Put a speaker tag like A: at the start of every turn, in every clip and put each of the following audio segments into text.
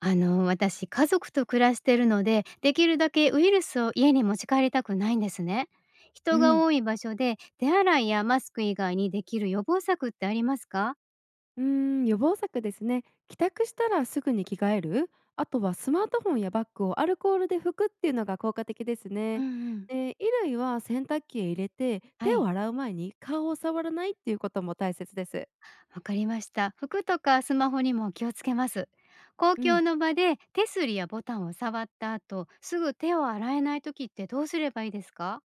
A: 私、家族と暮らしてるので、できるだけウイルスを家に持ち帰りたくないんですね。
B: う
A: 人が
B: ん、
A: 多い場所で、手洗いやマスク以外にできる予防策ってありますか？
B: 予防策ですね。帰宅したらすぐに着替える、あとはスマートフォンやバッグをアルコールで拭くっていうのが効果的です
A: う
B: ね。
A: んうん、
B: で、衣類は洗濯機へ入れて、
A: は
B: 手を
A: い、
B: 洗う前に顔を触らないっていうことも大切です。
A: わかりました。服とかスマホにも気をつけます。公
B: う
A: 共
B: ん。
A: の場で手すりやボタンを触った後、すぐ手を洗えない時ってどうすればいいですか？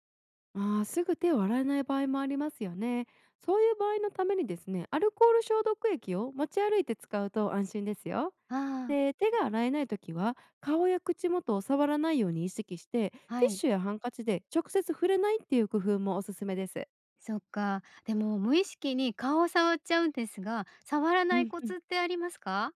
B: ああ、すぐ手を洗えない場合もありますよね。そういう場合のためにですね、アルコール消毒液を持ち歩いて使うと安心ですよ。
A: ああ、
B: で、手が洗えないときは、顔や口元を触らないように意識して、
A: は
B: ティッ
A: い。
B: シュやハンカチで直接触れないっていう工夫もおすすめです。
A: そっか。でも無意識に顔を触っちゃうんですが、触ら
B: う
A: ない
B: ん
A: コ
B: うん。
A: ツってありますか？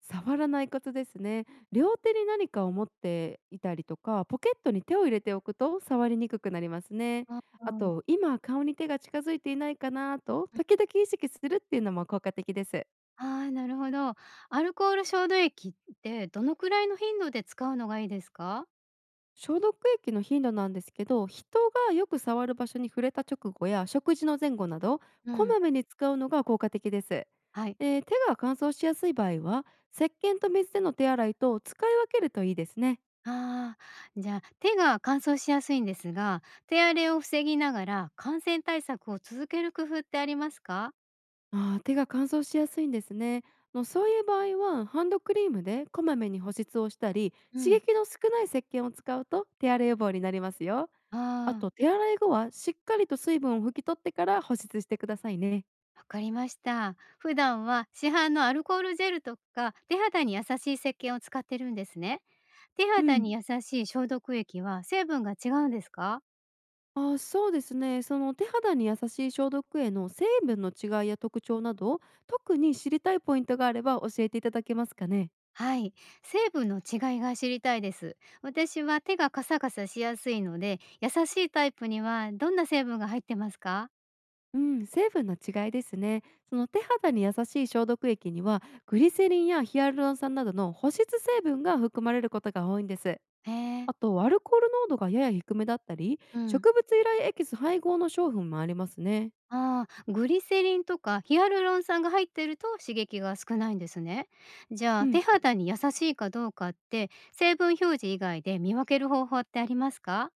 B: 触らないことですね。両手に何かを持っていたりとか、ポケットに手を入れておくと触りにくくなりますね。
A: あ
B: あと、
A: あ、
B: 今顔に手が近づいていないかなと、時々意識するっていうのも効果的です。
A: ああ、なるほど。アルコール消毒液ってどのくらいの頻度で使うのがいいですか？
B: 消毒液の頻度なんですけど、人がよく触る場所に触れた直後や食事の前後など、
A: う
B: こ
A: ん。
B: まめに使うのが効果的です。
A: はい。
B: で、手が乾燥しやすい場合は、石鹸と水での手洗いと使い分けるといいですね。
A: ああ、じゃあ、手が乾燥しやすいんですが、手荒れを防ぎながら感染対策を続ける工夫ってありますか？
B: ああ、手が乾燥しやすいんですね。そういう場合はハンドクリームでこまめに保湿をしたり
A: う
B: 刺
A: ん。
B: 激の少ない石鹸を使うと手荒れ予防になりますよ。あ
A: あ
B: と
A: あ、
B: 手洗い後はしっかりと水分を拭き取ってから保湿してくださいね。
A: わかりました。普段は市販のアルコールジェルとか手肌に優しい石鹸を使ってるんですね。手
B: う
A: 肌
B: ん。
A: に優しい消毒液は成分が違うんですか？
B: そうですね、その手肌に優しい消毒液の成分の違いや特徴など、特に知りたいポイントがあれば教えていただけますかね。
A: はい、成分の違いが知りたいです。私は手がカサカサしやすいので、優しいタイプにはどんな成分が入ってますか？
B: うん、成分の違いですね。その手肌に優しい消毒液にはグリセリンやヒアルロン酸などの保湿成分が含まれることが多いんです。
A: へえ。
B: あとアルコール濃度がやや低めだったり
A: うん、
B: 植物由来エキス配合の商品もありますね。
A: ああ、グリセリンとかヒアルロン酸が入ってると刺激が少ないんですね。じゃ
B: う
A: あ手
B: ん、
A: 肌に優しいかどうかって成分表示以外で見分ける方法ってありますか？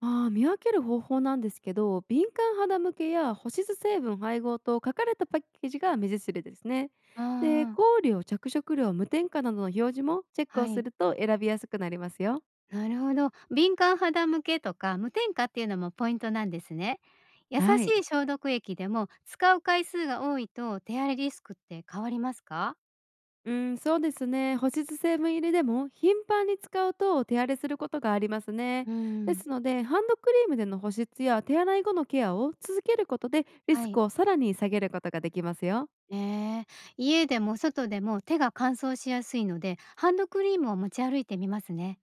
B: 見分ける方法なんですけど、敏感肌向けや保湿成分配合と書かれたパッケージが目印ですね。
A: あ
B: で、
A: あ、
B: 香料着色料無添加などの表示もチェック
A: は
B: をす
A: い。
B: ると選びやすくなりますよ。
A: なるほど。敏感肌向けとか無添加っていうのもポイントなんですね。優し
B: はい。
A: い消毒液でも使う回数が多いと手荒れリスクって変わりますか？
B: うん、そうですね。保湿成分入りでも頻繁に使うと手荒れすることがありますね。
A: う
B: で
A: ん。
B: すので、ハンドクリームでの保湿や手洗い後のケアを続けることでリ
A: は
B: ス
A: い。
B: クをさらに下げることができますよ。
A: えー、家でも外でも手が乾燥しやすいのでハンドクリームを持ち歩いてみますね。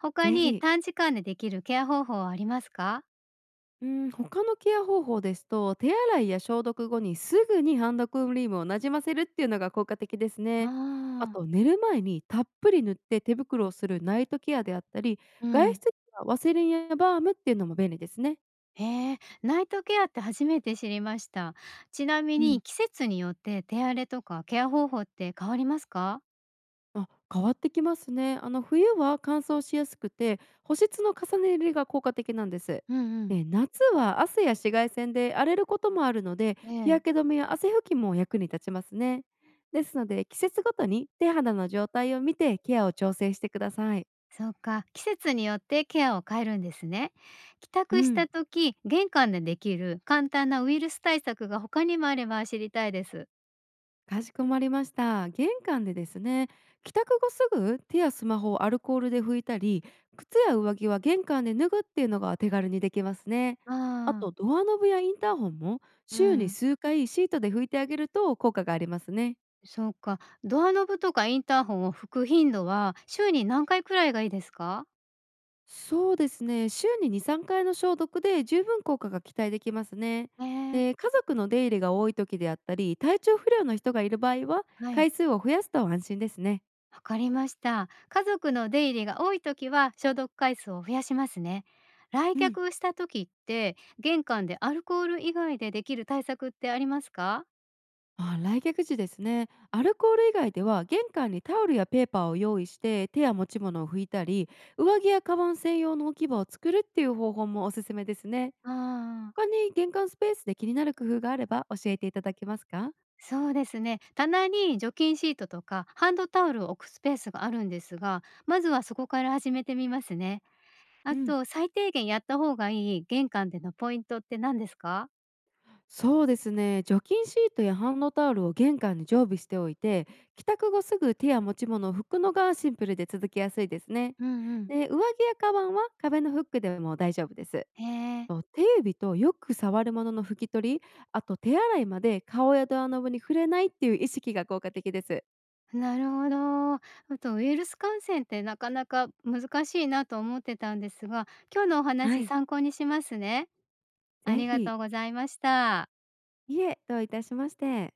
A: 他
B: ぜ
A: に
B: ひ。
A: 短時間でできるケア方法はありますか？
B: うん、他のケア方法ですと、手洗いや消毒後にすぐにハンドクリームをなじませるっていうのが効果的です
A: あ
B: ね。あ
A: あー。
B: と、寝る前にたっぷり塗って手袋をするナイトケアであったり、
A: う
B: 外
A: ん。
B: 出時はワセリンやバームっていうのも便利ですね。
A: へえ、ナイトケアって初めて知りました。ちなみ
B: う
A: に
B: ん。
A: 季節によって手荒れとかケア方法って変わりますか？
B: あ、変わってきますね。冬は乾燥しやすくて保湿の重ね塗りが効果的なんです。
A: うんうん。
B: で、夏は汗や紫外線で荒れることもあるので
A: え
B: 日
A: え、
B: 焼け止めや汗拭きも役に立ちますね。ですので、季節ごとに手肌の状態を見てケアを調整してください。
A: そうか、季節によってケアを変えるんですね。帰
B: う
A: 宅した
B: ん。
A: 時、玄関でできる簡単なウイルス対策が他にもあれば知りたいです。
B: かしこまりました。玄関でですね、帰宅後すぐ手やスマホをアルコールで拭いたり、靴や上着は玄関で脱ぐっていうのが手軽にできますね。あ
A: ああ、
B: とドアノブやインターホンも
A: う
B: 週に
A: ん。
B: 数回シートで拭いてあげると効果がありますね。
A: そうか、ドアノブとかインターホンを拭く頻度は週に何回くらいがいいですか？
B: そうですね、週に2、3回の消毒で十分効果が期待できますね。
A: へえ、
B: で、家族の出入りが多い時であったり、体調不良の人がいる場合は
A: はい。
B: 回数を増やすと安心ですね。
A: わかりました。家族の出入りが多い時は消毒回数を増やしますね。来
B: うん。
A: 客した時って玄関でアルコール以外でできる対策ってありますか？
B: あ、来客時ですね。アルコール以外では玄関にタオルやペーパーを用意して手や持ち物を拭いたり、上着やカバン専用の置き場を作るっていう方法もおすすめですね。
A: ああ、
B: 他に玄関スペースで気になる工夫があれば教えていただけますか？
A: そうですね。棚に除菌シートとかハンドタオルを置くスペースがあるんですが、まずはそこから始めてみますね。
B: う
A: あ
B: ん、
A: と最低限やった方がいい玄関でのポイントって何ですか？
B: そうですね、除菌シートやハンドタオルを玄関に常備しておいて帰宅後すぐ手や持ち物を拭くのがシンプルで続きやすいですね。
A: うんうん。
B: で、上着やカバンは壁のフックでも大丈夫です。
A: へえ。
B: と、手指とよく触るものの拭き取り、あと手洗いまで顔やドアノブに触れないっていう意識が効果的です。
A: なるほど。あとウイルス感染ってなかなか難しいなと思ってたんですが、今日のお
B: は
A: 話
B: い。
A: 参考にしますね。あ
B: ぜ
A: りが
B: ひ、
A: とうございました。
B: いえ、どういたしまして。